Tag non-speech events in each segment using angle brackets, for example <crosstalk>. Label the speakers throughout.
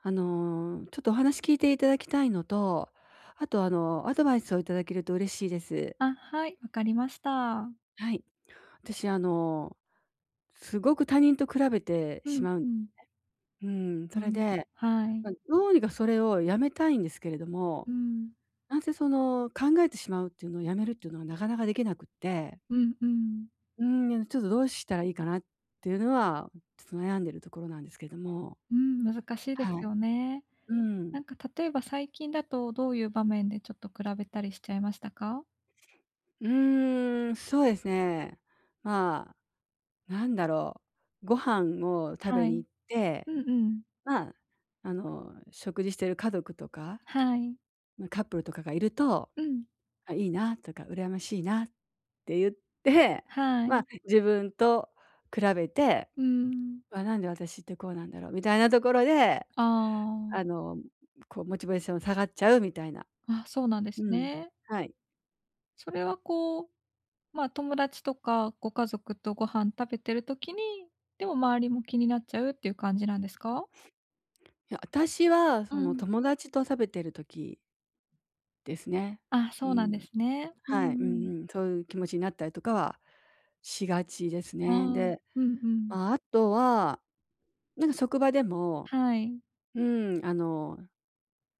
Speaker 1: ちょっとお話聞いていただきたいのと、あとアドバイスをいただけると嬉しいです。
Speaker 2: あ、はい、わかりました。
Speaker 1: はい。私、すごく他人と比べて
Speaker 2: う
Speaker 1: し
Speaker 2: ん
Speaker 1: まう。
Speaker 2: うん。
Speaker 1: うん、
Speaker 2: あ
Speaker 1: それ
Speaker 2: の
Speaker 1: で、
Speaker 2: はい。
Speaker 1: どうにかそれをやめたいんですけれど
Speaker 2: う
Speaker 1: も、
Speaker 2: ん。
Speaker 1: なんせその、考えてしまうっていうのをやめるっていうのがなかなかできなくって、
Speaker 2: うんうん。
Speaker 1: うちょっとどうしたらいいかなっていうのは、ちょっと悩んでるところなんですけれども。
Speaker 2: うん、難しいです
Speaker 1: はい。
Speaker 2: よね。
Speaker 1: うん。
Speaker 2: なんか例えば最近だとどういう場面でちょっと比べたりしちゃいましたか？
Speaker 1: そうですね。まあ、なんだろご飯を食べ
Speaker 2: は
Speaker 1: に
Speaker 2: い。
Speaker 1: 行って、
Speaker 2: うんうん。
Speaker 1: まあ、食事してる家族とか、
Speaker 2: はい。
Speaker 1: カップルとかがいると、
Speaker 2: うん。
Speaker 1: あ、いいなとか、羨ましいなって言って、
Speaker 2: は
Speaker 1: まあ、
Speaker 2: い。
Speaker 1: 自分と比べて、
Speaker 2: うん。
Speaker 1: あ、なんで私ってこうなんだろうみたいなところで、
Speaker 2: あ
Speaker 1: あ
Speaker 2: あ。
Speaker 1: の、こうモチベーション下がっちゃうみたいな。
Speaker 2: あ、そうなんで
Speaker 1: う
Speaker 2: す
Speaker 1: ん。
Speaker 2: ね。
Speaker 1: はい。
Speaker 2: それはこう、ま、友達とかご家族とご飯食べてる時に、でも周りも気になっちゃうっていう感じなんですか？
Speaker 1: いや、私は
Speaker 2: う
Speaker 1: その
Speaker 2: ん。
Speaker 1: 友達と食べてる時ですね。
Speaker 2: あ、
Speaker 1: う
Speaker 2: そうなんで
Speaker 1: ん。
Speaker 2: すね。うん
Speaker 1: はい。う
Speaker 2: う
Speaker 1: ん
Speaker 2: ん。
Speaker 1: うん。そういう気持ちになったりとかはしがちです
Speaker 2: ああ、
Speaker 1: ね。
Speaker 2: うん
Speaker 1: で、
Speaker 2: うん。
Speaker 1: まあ、あとは、なんか職場でも、
Speaker 2: はい、
Speaker 1: うん、あの、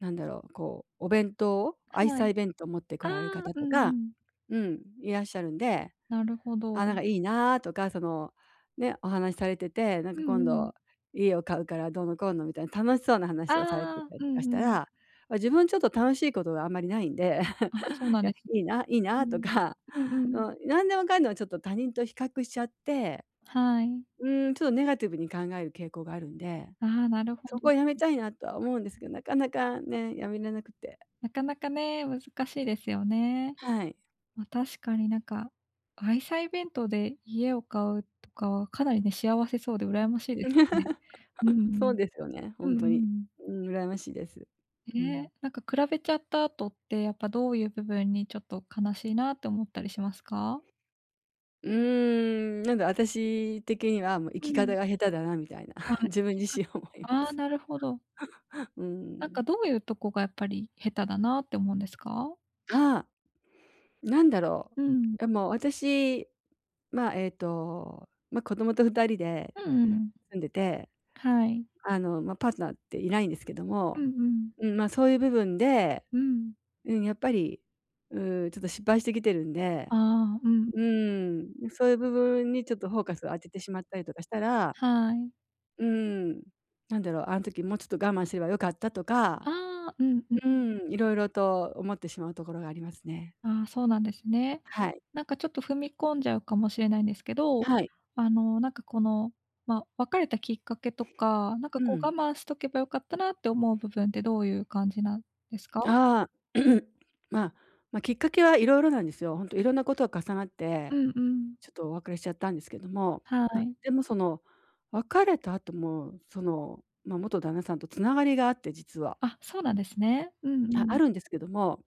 Speaker 1: こう、お弁当を愛
Speaker 2: はい。
Speaker 1: 妻弁当を持ってこ
Speaker 2: あ
Speaker 1: られる
Speaker 2: あ、
Speaker 1: 方
Speaker 2: うん
Speaker 1: と
Speaker 2: う
Speaker 1: か、
Speaker 2: ん。
Speaker 1: うん、いらっしゃるんで、
Speaker 2: なるほ
Speaker 1: あ、な
Speaker 2: ど。
Speaker 1: んかいいなとか、その、ね、お話しされてて、なん
Speaker 2: うん
Speaker 1: か今
Speaker 2: うん。
Speaker 1: 度家を買うからどうのこうのみたいな楽しそうな
Speaker 2: あ
Speaker 1: 話をされて
Speaker 2: あ、
Speaker 1: たり
Speaker 2: う
Speaker 1: と
Speaker 2: ん
Speaker 1: かした
Speaker 2: うん。
Speaker 1: ら、あ、自分ちょっと楽しいことがあんまりないんで、
Speaker 2: あ、そう
Speaker 1: <laughs>
Speaker 2: なん
Speaker 1: いや、
Speaker 2: ですね。
Speaker 1: いいな、いい
Speaker 2: う
Speaker 1: なと
Speaker 2: ん。
Speaker 1: か、
Speaker 2: うんう
Speaker 1: <laughs>
Speaker 2: ん。
Speaker 1: うん、何でもかんでもちょっと他人と比較しちゃって、
Speaker 2: はい。
Speaker 1: うん、ちょっとネガティブに考える傾向があるんで、
Speaker 2: ああ、なるほ
Speaker 1: そこを
Speaker 2: ど。
Speaker 1: やめたいなとは思うんですけど、なかなかね、やめれなくて。
Speaker 2: なかなかね、難しいですよね。
Speaker 1: はい。
Speaker 2: ま、確かになんか、愛妻弁当で家を買うとかは、かなりね、幸せそうで羨ましいですね。うんう
Speaker 1: <laughs> そう
Speaker 2: ん。
Speaker 1: ですよね、
Speaker 2: う
Speaker 1: 本
Speaker 2: ん
Speaker 1: 当
Speaker 2: う
Speaker 1: に。
Speaker 2: ん。
Speaker 1: うん、羨ましいです。
Speaker 2: え
Speaker 1: うん。
Speaker 2: え、なんか比べちゃった後って、やっぱどういう部分にちょっと悲しいなって思ったりしますか？
Speaker 1: うーなんで私的には、もう生
Speaker 2: う
Speaker 1: き方
Speaker 2: ん。
Speaker 1: が下手だなみたいな、
Speaker 2: あ、
Speaker 1: <laughs>
Speaker 2: 弾
Speaker 1: 自分
Speaker 2: き
Speaker 1: 自
Speaker 2: か
Speaker 1: 身思いま
Speaker 2: ああ、
Speaker 1: す。
Speaker 2: なるほど。
Speaker 1: <laughs> う
Speaker 2: なんか
Speaker 1: ん。
Speaker 2: どういうとこがやっぱり下手だなって思うんですか？
Speaker 1: あなんだろう。
Speaker 2: うん。
Speaker 1: でも私、まあ、子供と2人で
Speaker 2: うんうん。
Speaker 1: 住んでて、
Speaker 2: はい。
Speaker 1: まあ、パートナーっていないんですけど
Speaker 2: うん
Speaker 1: も、
Speaker 2: うん。
Speaker 1: そういう部分で、
Speaker 2: うん。
Speaker 1: うん、やっぱり、うちょっと失敗してきてるんで、
Speaker 2: ああ、うん。
Speaker 1: うそういう部分にちょっとフォーカスを当ててしまったりとかしたら、
Speaker 2: はい。
Speaker 1: うん。なんだろう、あの時もうちょっと我慢すればよかったとか、
Speaker 2: ああ、うんうん。
Speaker 1: うん、いろいろと思ってしまうところがありますね。
Speaker 2: ああ、そうなんですね。
Speaker 1: はい。
Speaker 2: なんかちょっと踏み込んじゃうかもしれないんですけど、
Speaker 1: はい。
Speaker 2: あの、なんかこの、ま、別れたきっかけとか、なんか
Speaker 1: う
Speaker 2: こう我
Speaker 1: ん。
Speaker 2: 慢しとけばよかったなって思う部分ってどういう感じなんですか？
Speaker 1: ああ、<clears throat> まあ、まあ、きっかけはいろいろなんですよ。本当いろんなことが重なっ
Speaker 2: う
Speaker 1: て、
Speaker 2: んうん。
Speaker 1: ちょっとお別れしちゃったんですけども、
Speaker 2: は
Speaker 1: まあ、
Speaker 2: い。
Speaker 1: でもその、別れた後も、その、まあ、元旦那さんとつながりがあって実は。
Speaker 2: あ、そうなんですね。うんう
Speaker 1: ああ
Speaker 2: ん。
Speaker 1: るんですけども、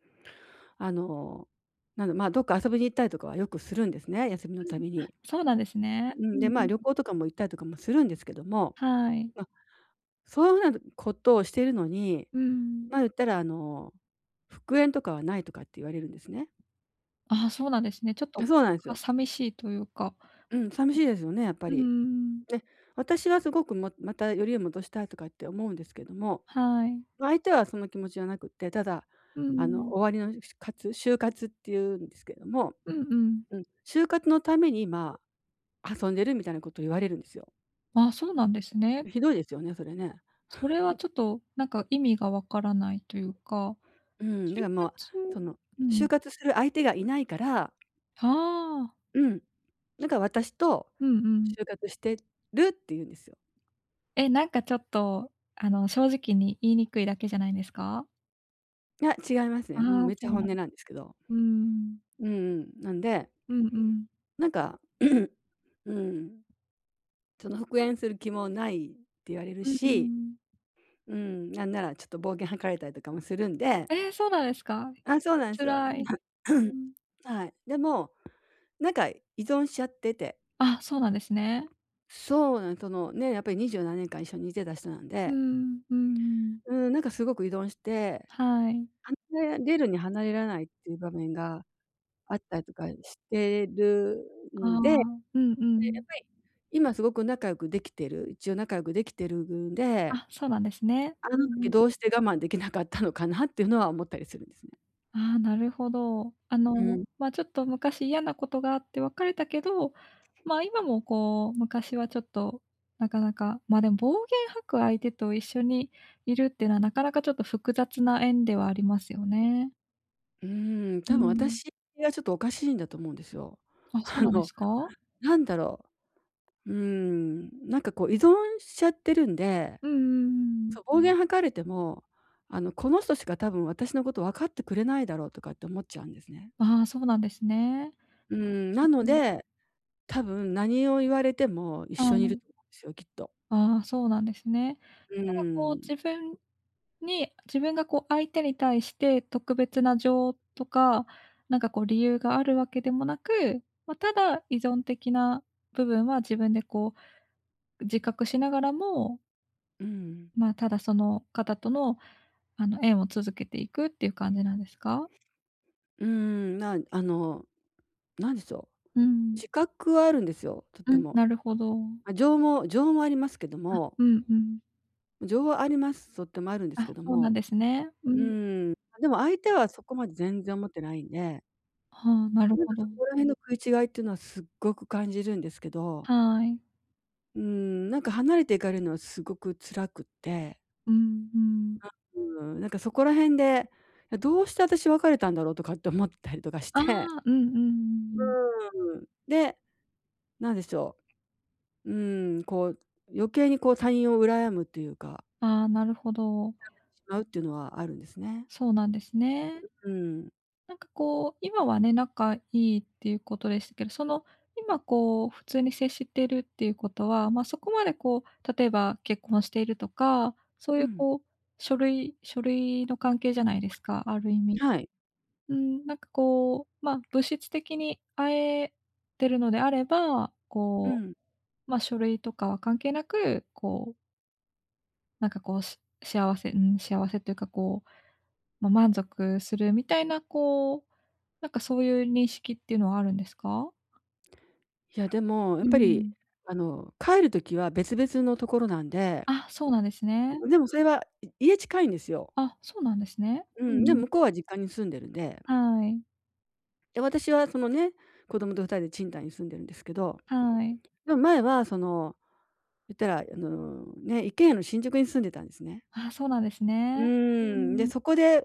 Speaker 1: あの、なんだ、まあ、どっか遊びに行ったりとかはよくするんですね、休み
Speaker 2: う
Speaker 1: のた
Speaker 2: ん。
Speaker 1: び
Speaker 2: あ、
Speaker 1: に。
Speaker 2: そうなんですね。
Speaker 1: う
Speaker 2: う
Speaker 1: ん、で、
Speaker 2: ん
Speaker 1: まあ、
Speaker 2: う
Speaker 1: 旅
Speaker 2: ん。
Speaker 1: 行とかも行ったりとかもするんですけども、
Speaker 2: はい。
Speaker 1: まあ、そういうふうなことをしているのに、
Speaker 2: うん。
Speaker 1: まあ、言ったら「復縁とかはない」とかって言われるんですね。
Speaker 2: ああ、そうなんですね。ちょっと、
Speaker 1: そうなんです
Speaker 2: か
Speaker 1: よ。
Speaker 2: 寂しいというか。
Speaker 1: うん、寂しいですよね、やっぱ
Speaker 2: うんうんう
Speaker 1: り。
Speaker 2: ん。
Speaker 1: で、私はすごくもまたよりを戻したいとかって思うんですけども、
Speaker 2: はい。
Speaker 1: ま、相手はその気持ちじゃなくって、ただ
Speaker 2: うんう
Speaker 1: あの
Speaker 2: ん。
Speaker 1: 終わりの活就活っていうんですけれども、
Speaker 2: うんうん。
Speaker 1: うん、就活のために、まあ、遊んでるみたいなことを言われるんですよ。
Speaker 2: ああ、そうなんですね。
Speaker 1: ひどいですよね、それね。
Speaker 2: それはちょっと、なんか意味がわからないというか、
Speaker 1: うん、だか
Speaker 2: 就
Speaker 1: らも
Speaker 2: 活
Speaker 1: う、その、
Speaker 2: う
Speaker 1: 就
Speaker 2: ん。
Speaker 1: 活する相手がいないから、
Speaker 2: ああ、
Speaker 1: うん、だから私と
Speaker 2: うんうん。
Speaker 1: 就活してるって言うんですよ。
Speaker 2: え、なんかちょっと、あの、正直に言いにくいだけじゃないですか？
Speaker 1: いや、違います
Speaker 2: あ
Speaker 1: ね。もう
Speaker 2: あ、
Speaker 1: めっ
Speaker 2: そ
Speaker 1: ちゃ
Speaker 2: う
Speaker 1: 本
Speaker 2: なん、
Speaker 1: 音なんですけど。
Speaker 2: うーん。
Speaker 1: うんうん。なんで、
Speaker 2: うんうん。
Speaker 1: なんか、<clears throat> うん、その復縁する気もないって言われる
Speaker 2: うんう
Speaker 1: し、
Speaker 2: ん。
Speaker 1: うん、なんならちょっと暴言吐かれたりとかもするんで、
Speaker 2: ええ、そうなんですか？
Speaker 1: あ、そうなんですよ。
Speaker 2: 辛い。うん。
Speaker 1: <clears throat> はい。でも、なんか依存しちゃってて、
Speaker 2: あ、そうなんですね。
Speaker 1: そうなん、そのね、やっぱり27年間一緒にいてた人なん
Speaker 2: う
Speaker 1: で、
Speaker 2: ん、うんうん。
Speaker 1: うん、なんかすごく依存して、
Speaker 2: はい。
Speaker 1: 離れれるに離れられないっていう場面があったりとかしてる
Speaker 2: あ
Speaker 1: ん
Speaker 2: あ、
Speaker 1: で、やっ
Speaker 2: うんうん。
Speaker 1: ぱり今すごく仲良くできてる、一応仲良くできてるんで、
Speaker 2: あ、そうなんですね。
Speaker 1: あ
Speaker 2: うん
Speaker 1: の時
Speaker 2: う
Speaker 1: ど
Speaker 2: ん。
Speaker 1: うして我慢できなかったのかなっていうのは思ったりするんですね。
Speaker 2: ああ、なるほど。あ
Speaker 1: う
Speaker 2: の、
Speaker 1: ん。
Speaker 2: まあ、ちょっと昔嫌なことがあって別れたけど、まあ、今もこう、昔はちょっとなかなか、まあ、でも暴言吐く相手と一緒にいるっていうのはなかなかちょっと複雑な縁ではありますよね。う
Speaker 1: 多分
Speaker 2: ん。
Speaker 1: 私がちょっとおかしいんだと思うんですよ。
Speaker 2: あ、そ
Speaker 1: あ
Speaker 2: うなんで
Speaker 1: の、
Speaker 2: すか？
Speaker 1: なんだろなんかこう依存しちゃってるんで、
Speaker 2: うんうんうんうん。
Speaker 1: そう、暴言吐かれても、あの、この人しか多分私のこと分かってくれないだろうとかって思っちゃうんですね。
Speaker 2: ああ、そうなんですね。
Speaker 1: うーなの
Speaker 2: うん。
Speaker 1: で、多分何を言われても一
Speaker 2: は
Speaker 1: 緒にいる
Speaker 2: い。
Speaker 1: と思うんですよ、きっと。
Speaker 2: ああ、そうなんですね。
Speaker 1: う
Speaker 2: なんかこう
Speaker 1: ーん、
Speaker 2: 自分に自分がこう相手に対して特別な情とか、なんかこう理由があるわけでもなく、ま、ただ依存的な部分は自分でこう自覚しながらも、
Speaker 1: うん、
Speaker 2: まあ、ただその方との、あの、縁を続けていくっていう感じなんですか？
Speaker 1: あの、なんでしょう、
Speaker 2: うん。
Speaker 1: 自覚はあるんですよ、とって
Speaker 2: うん、
Speaker 1: も。
Speaker 2: なるほど。
Speaker 1: ま、情もありますけども、
Speaker 2: うんうん。
Speaker 1: 情はあります、とってもあるんです
Speaker 2: あ、
Speaker 1: けど
Speaker 2: そうなん
Speaker 1: も、
Speaker 2: ですね。う
Speaker 1: う
Speaker 2: ん。
Speaker 1: ーん、でも相手はそこまで全然思ってないんで、
Speaker 2: はあ、なる
Speaker 1: なん
Speaker 2: ほ
Speaker 1: かそ
Speaker 2: ど。
Speaker 1: こら辺の食い違いっていうのはすっごく感じるんですけど。
Speaker 2: はい。
Speaker 1: なんか離れていかれるのはすごく辛くって、
Speaker 2: うんうん。
Speaker 1: なんかそこら辺で、いや、どうして私別れたんだろうとかって思ったりとかし
Speaker 2: あ
Speaker 1: て。
Speaker 2: あ、うんうんうんうん。
Speaker 1: うーん。<laughs> で、なんでしょう、うーん、こう余計にこう他人を羨むというか、
Speaker 2: ああ、なるほど。
Speaker 1: しまうっていうのはあるんですね。
Speaker 2: そうなんですね。
Speaker 1: うん。
Speaker 2: なんかこう、今はね、仲いいっていうことでしたけど、その、今こう、普通に接してるっていうことは、ま、そこまでこう、例えば結婚しているとか、そう
Speaker 1: う
Speaker 2: いう
Speaker 1: ん。
Speaker 2: こう、書類の関係じゃないですか、ある意味。
Speaker 1: はい。
Speaker 2: うん、なんかこう、ま、物質的に会えてるのであれば、
Speaker 1: う
Speaker 2: こ
Speaker 1: ん。
Speaker 2: う、ま、書類とかは関係なく、こうなんかこう、し幸せうん、幸せというかこう、ま、満足するみたいな、こう、なんかそういう認識っていうのはあるんですか？
Speaker 1: いやでも、や
Speaker 2: う
Speaker 1: っ
Speaker 2: ー
Speaker 1: ぱり
Speaker 2: ん。
Speaker 1: あの、帰る時は別々のところなんで、
Speaker 2: あ、そうなんですね。
Speaker 1: でもそれは、家近いんですよ。
Speaker 2: あ、そうなんですね。
Speaker 1: う
Speaker 2: うん
Speaker 1: ん、で
Speaker 2: う
Speaker 1: も
Speaker 2: ん。
Speaker 1: 向こうは実家に住んでるんで。
Speaker 2: はい、
Speaker 1: で、私はそのね、子供と二人で賃貸に住んでるんですけど、
Speaker 2: はい。
Speaker 1: でも前はその、言ったら、あの、ね、一軒家の新宿に住んでたんですね。
Speaker 2: あ、そうなんです
Speaker 1: う
Speaker 2: ね。うー
Speaker 1: ーん、で、
Speaker 2: ん、
Speaker 1: そこで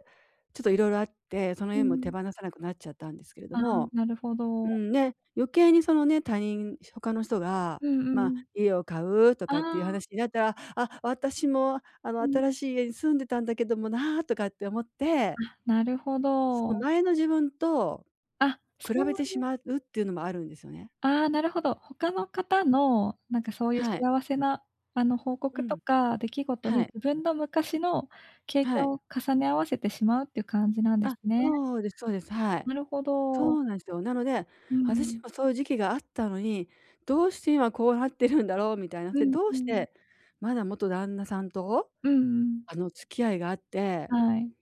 Speaker 1: ちょっといろいろあって、その
Speaker 2: う
Speaker 1: 家も手
Speaker 2: ん。
Speaker 1: 放さなくなっちゃったんですけれど
Speaker 2: ああ、
Speaker 1: も、
Speaker 2: なるほ
Speaker 1: う
Speaker 2: ど。
Speaker 1: ん、ね、余計にそのね、他の人が、
Speaker 2: うんう
Speaker 1: まあ、
Speaker 2: ん。
Speaker 1: 家を買うと
Speaker 2: あ
Speaker 1: かっていう話に
Speaker 2: あ。
Speaker 1: なったら、あ、私もあの、
Speaker 2: うん。
Speaker 1: 新しい家に住んでたんだけどもなとかって思って、
Speaker 2: あ、なるほ
Speaker 1: その
Speaker 2: ど。
Speaker 1: 前の自分と
Speaker 2: あ、そ
Speaker 1: 比べ
Speaker 2: う
Speaker 1: てしまうっていうのもあるんですよね。
Speaker 2: ああ、なるほど。他の方の、なんかそういう
Speaker 1: はい。
Speaker 2: 幸せな、あの、報
Speaker 1: う
Speaker 2: 告と
Speaker 1: ん。
Speaker 2: か出来事に
Speaker 1: はい、
Speaker 2: 自分の昔の経
Speaker 1: は
Speaker 2: 験
Speaker 1: い。
Speaker 2: を重ね合わせてしまうっていう感じなんで
Speaker 1: あ、
Speaker 2: すね。
Speaker 1: そうですそうです。はい。
Speaker 2: なるほ
Speaker 1: そ
Speaker 2: ど。
Speaker 1: うなんですよ。なので、
Speaker 2: う
Speaker 1: 私
Speaker 2: ん。
Speaker 1: もそういう時期があったのに、どうして今こうなってるんだろうみたいな。
Speaker 2: う
Speaker 1: で、
Speaker 2: ん
Speaker 1: どう
Speaker 2: う
Speaker 1: し
Speaker 2: ん。
Speaker 1: てまだ元旦那さんと、
Speaker 2: うんうん。
Speaker 1: あの、付き合いがあって、
Speaker 2: はい。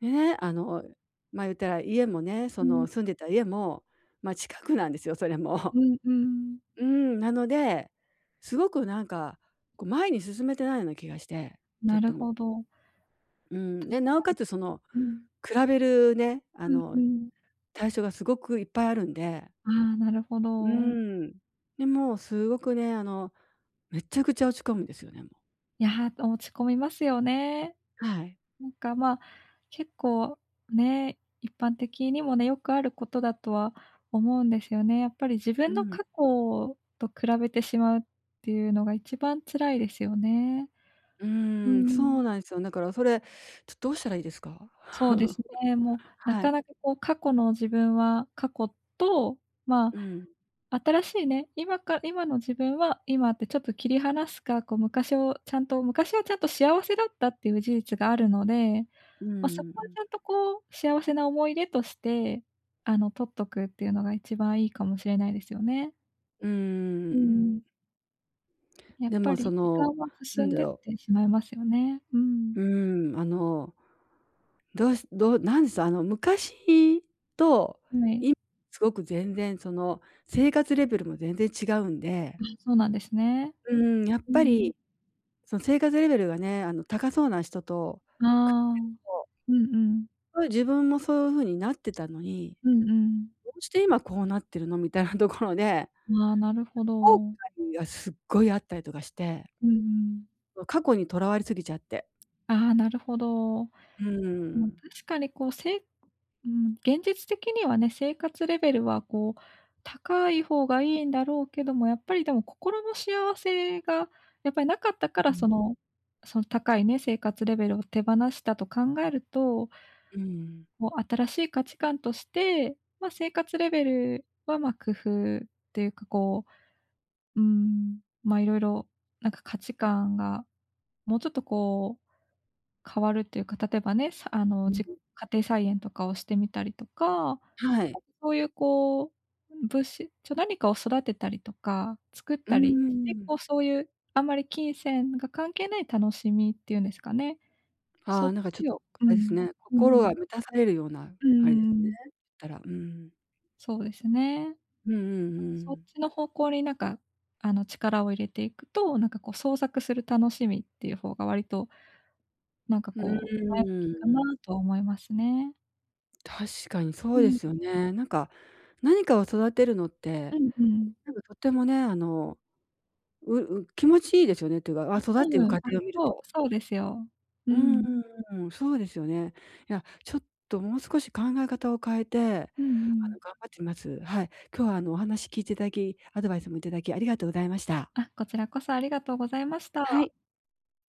Speaker 1: でね、あの、ま、言ったら家もね、そ
Speaker 2: う
Speaker 1: の
Speaker 2: ん。
Speaker 1: 住んでた家も、ま、近くなんですよ、それも。
Speaker 2: うんうん。
Speaker 1: <laughs> うん、なので、すごくなんか、こう前に進めてないような気がして、とっ
Speaker 2: なる
Speaker 1: ても。
Speaker 2: ほど。
Speaker 1: うん、
Speaker 2: 確
Speaker 1: で、なお
Speaker 2: か
Speaker 1: かつその
Speaker 2: に。うん。
Speaker 1: 比べるね、あ
Speaker 2: うん
Speaker 1: の
Speaker 2: うん。
Speaker 1: 対象がすごくいっぱいあるんで。
Speaker 2: ああ、なるほ
Speaker 1: う
Speaker 2: ど。
Speaker 1: ーん。で、もすごくね、あの、めちゃくちゃ落ち込むんですよね、もう。
Speaker 2: いや、落ち込みますよね。
Speaker 1: はい。
Speaker 2: なんか、まあ、結構ね、一般的にもね、よくあることだとは思うんですよね。やっぱり自
Speaker 1: う。
Speaker 2: 分の
Speaker 1: ん。
Speaker 2: 過去と比べてしまうっていうのが一番辛いですよね。うー
Speaker 1: そう
Speaker 2: ん、
Speaker 1: なんですよ。だからそれ、ちょっとどうしたらいいですか？
Speaker 2: そうで
Speaker 1: <laughs>
Speaker 2: すね。もうな
Speaker 1: は
Speaker 2: か
Speaker 1: い。
Speaker 2: なかこう過去の自分は過去と、ま
Speaker 1: うん。
Speaker 2: あ、新しいね、今の自分は今ってちょっと切り離すか、こう昔はちゃんと幸せだったっていう事実があるので、
Speaker 1: う
Speaker 2: ま、そこ
Speaker 1: ー
Speaker 2: は
Speaker 1: ん。
Speaker 2: ちゃんとこう、幸せな思い出として、あの、取っとくっていうのが一番いいかもしれないですよね。
Speaker 1: うー
Speaker 2: うん。
Speaker 1: ん。
Speaker 2: やっ
Speaker 1: で
Speaker 2: ぱ
Speaker 1: もそ
Speaker 2: り時
Speaker 1: の、
Speaker 2: 間は
Speaker 1: な
Speaker 2: 進
Speaker 1: ん
Speaker 2: ん
Speaker 1: だ
Speaker 2: でっ
Speaker 1: ろ
Speaker 2: てしまいますよね。うん。
Speaker 1: う、うーん、あの、どうなんです、あの、昔と
Speaker 2: はい。
Speaker 1: 今、すごく全然その、生活レベルも全然違うんで、
Speaker 2: あ、そうなんですね。
Speaker 1: やっ
Speaker 2: う
Speaker 1: ぱ
Speaker 2: ん。
Speaker 1: りその生活レベルがね、あの、高そうな人と
Speaker 2: あ
Speaker 1: 来る
Speaker 2: あ。
Speaker 1: と、
Speaker 2: うんうん。
Speaker 1: そう自分もそういう風になってたのに、
Speaker 2: うんうん。
Speaker 1: どうして今こうなってるのみたいなところで、
Speaker 2: ああ、なるほ
Speaker 1: 後
Speaker 2: ど。
Speaker 1: 悔がすっごいあったりとかして、
Speaker 2: うんうん。
Speaker 1: もう過去にとらわれすぎちゃって。
Speaker 2: ああ、なるほど。
Speaker 1: うー
Speaker 2: ま、
Speaker 1: ん。
Speaker 2: 確かにこう、うん、現実的にはね、生活レベルはこう、高い方がいいんだろうけども、やっぱりでも心の幸せがやっぱりなかったから、その高いね、生活レベルを手放したと考えると、
Speaker 1: うん。
Speaker 2: こう新しい価値観として、まあ、生活レベルは、ま、工夫っていうかこう、うん、ま、いろいろなんか価値観がもうちょっとこう変わるっていうか、例えばね、さあ
Speaker 1: う
Speaker 2: の、じ
Speaker 1: ん。
Speaker 2: 家庭菜園とかをしてみたりとか、あ
Speaker 1: はい。
Speaker 2: とそういうこう、物資ちょ何かを育てたりとか、作っ
Speaker 1: うー
Speaker 2: たりして、
Speaker 1: ん。
Speaker 2: こうそういうあんまり金銭が関係ない楽しみっていうんですかね、
Speaker 1: あ
Speaker 2: そ
Speaker 1: あ、
Speaker 2: っ
Speaker 1: なんかちょっ
Speaker 2: ち
Speaker 1: と
Speaker 2: をう
Speaker 1: あれです
Speaker 2: ん、
Speaker 1: ね、
Speaker 2: う
Speaker 1: 心が
Speaker 2: ん、
Speaker 1: 満たされるような
Speaker 2: う
Speaker 1: あれで
Speaker 2: んう
Speaker 1: すね。
Speaker 2: ん、
Speaker 1: たら、うん。
Speaker 2: そうですね。
Speaker 1: うんうんう
Speaker 2: そっ
Speaker 1: ん。
Speaker 2: ちの方向になんか、あの、力を入れていくと、なんかこう創作する楽しみっていう方が割となんか
Speaker 1: う
Speaker 2: こう前向
Speaker 1: ー
Speaker 2: きかな
Speaker 1: ん。
Speaker 2: とは思いますね。
Speaker 1: 確かにそ
Speaker 2: う
Speaker 1: うで
Speaker 2: ん。
Speaker 1: すよね。なんか、何かを育てるのっ
Speaker 2: う
Speaker 1: て、
Speaker 2: んうん。
Speaker 1: なんかとってもね、あの、気持ちいいですよねっていうか、あ、育っ
Speaker 2: う
Speaker 1: て
Speaker 2: ん
Speaker 1: いく
Speaker 2: うん。
Speaker 1: 過
Speaker 2: あ、
Speaker 1: 程を見る
Speaker 2: そ
Speaker 1: と。
Speaker 2: う、そうですよ。う
Speaker 1: うん
Speaker 2: ん。
Speaker 1: うんうん、そうですよね。いや、ちょっともう少し考え方を変えて、
Speaker 2: うんう
Speaker 1: あの、
Speaker 2: ん。
Speaker 1: 頑張ってみます。はい。今日はあの、お話聞いていただき、アドバイスもいただきありがとうございました。
Speaker 2: あ、こちらこそありがとうございまし
Speaker 1: は
Speaker 2: た。
Speaker 1: い。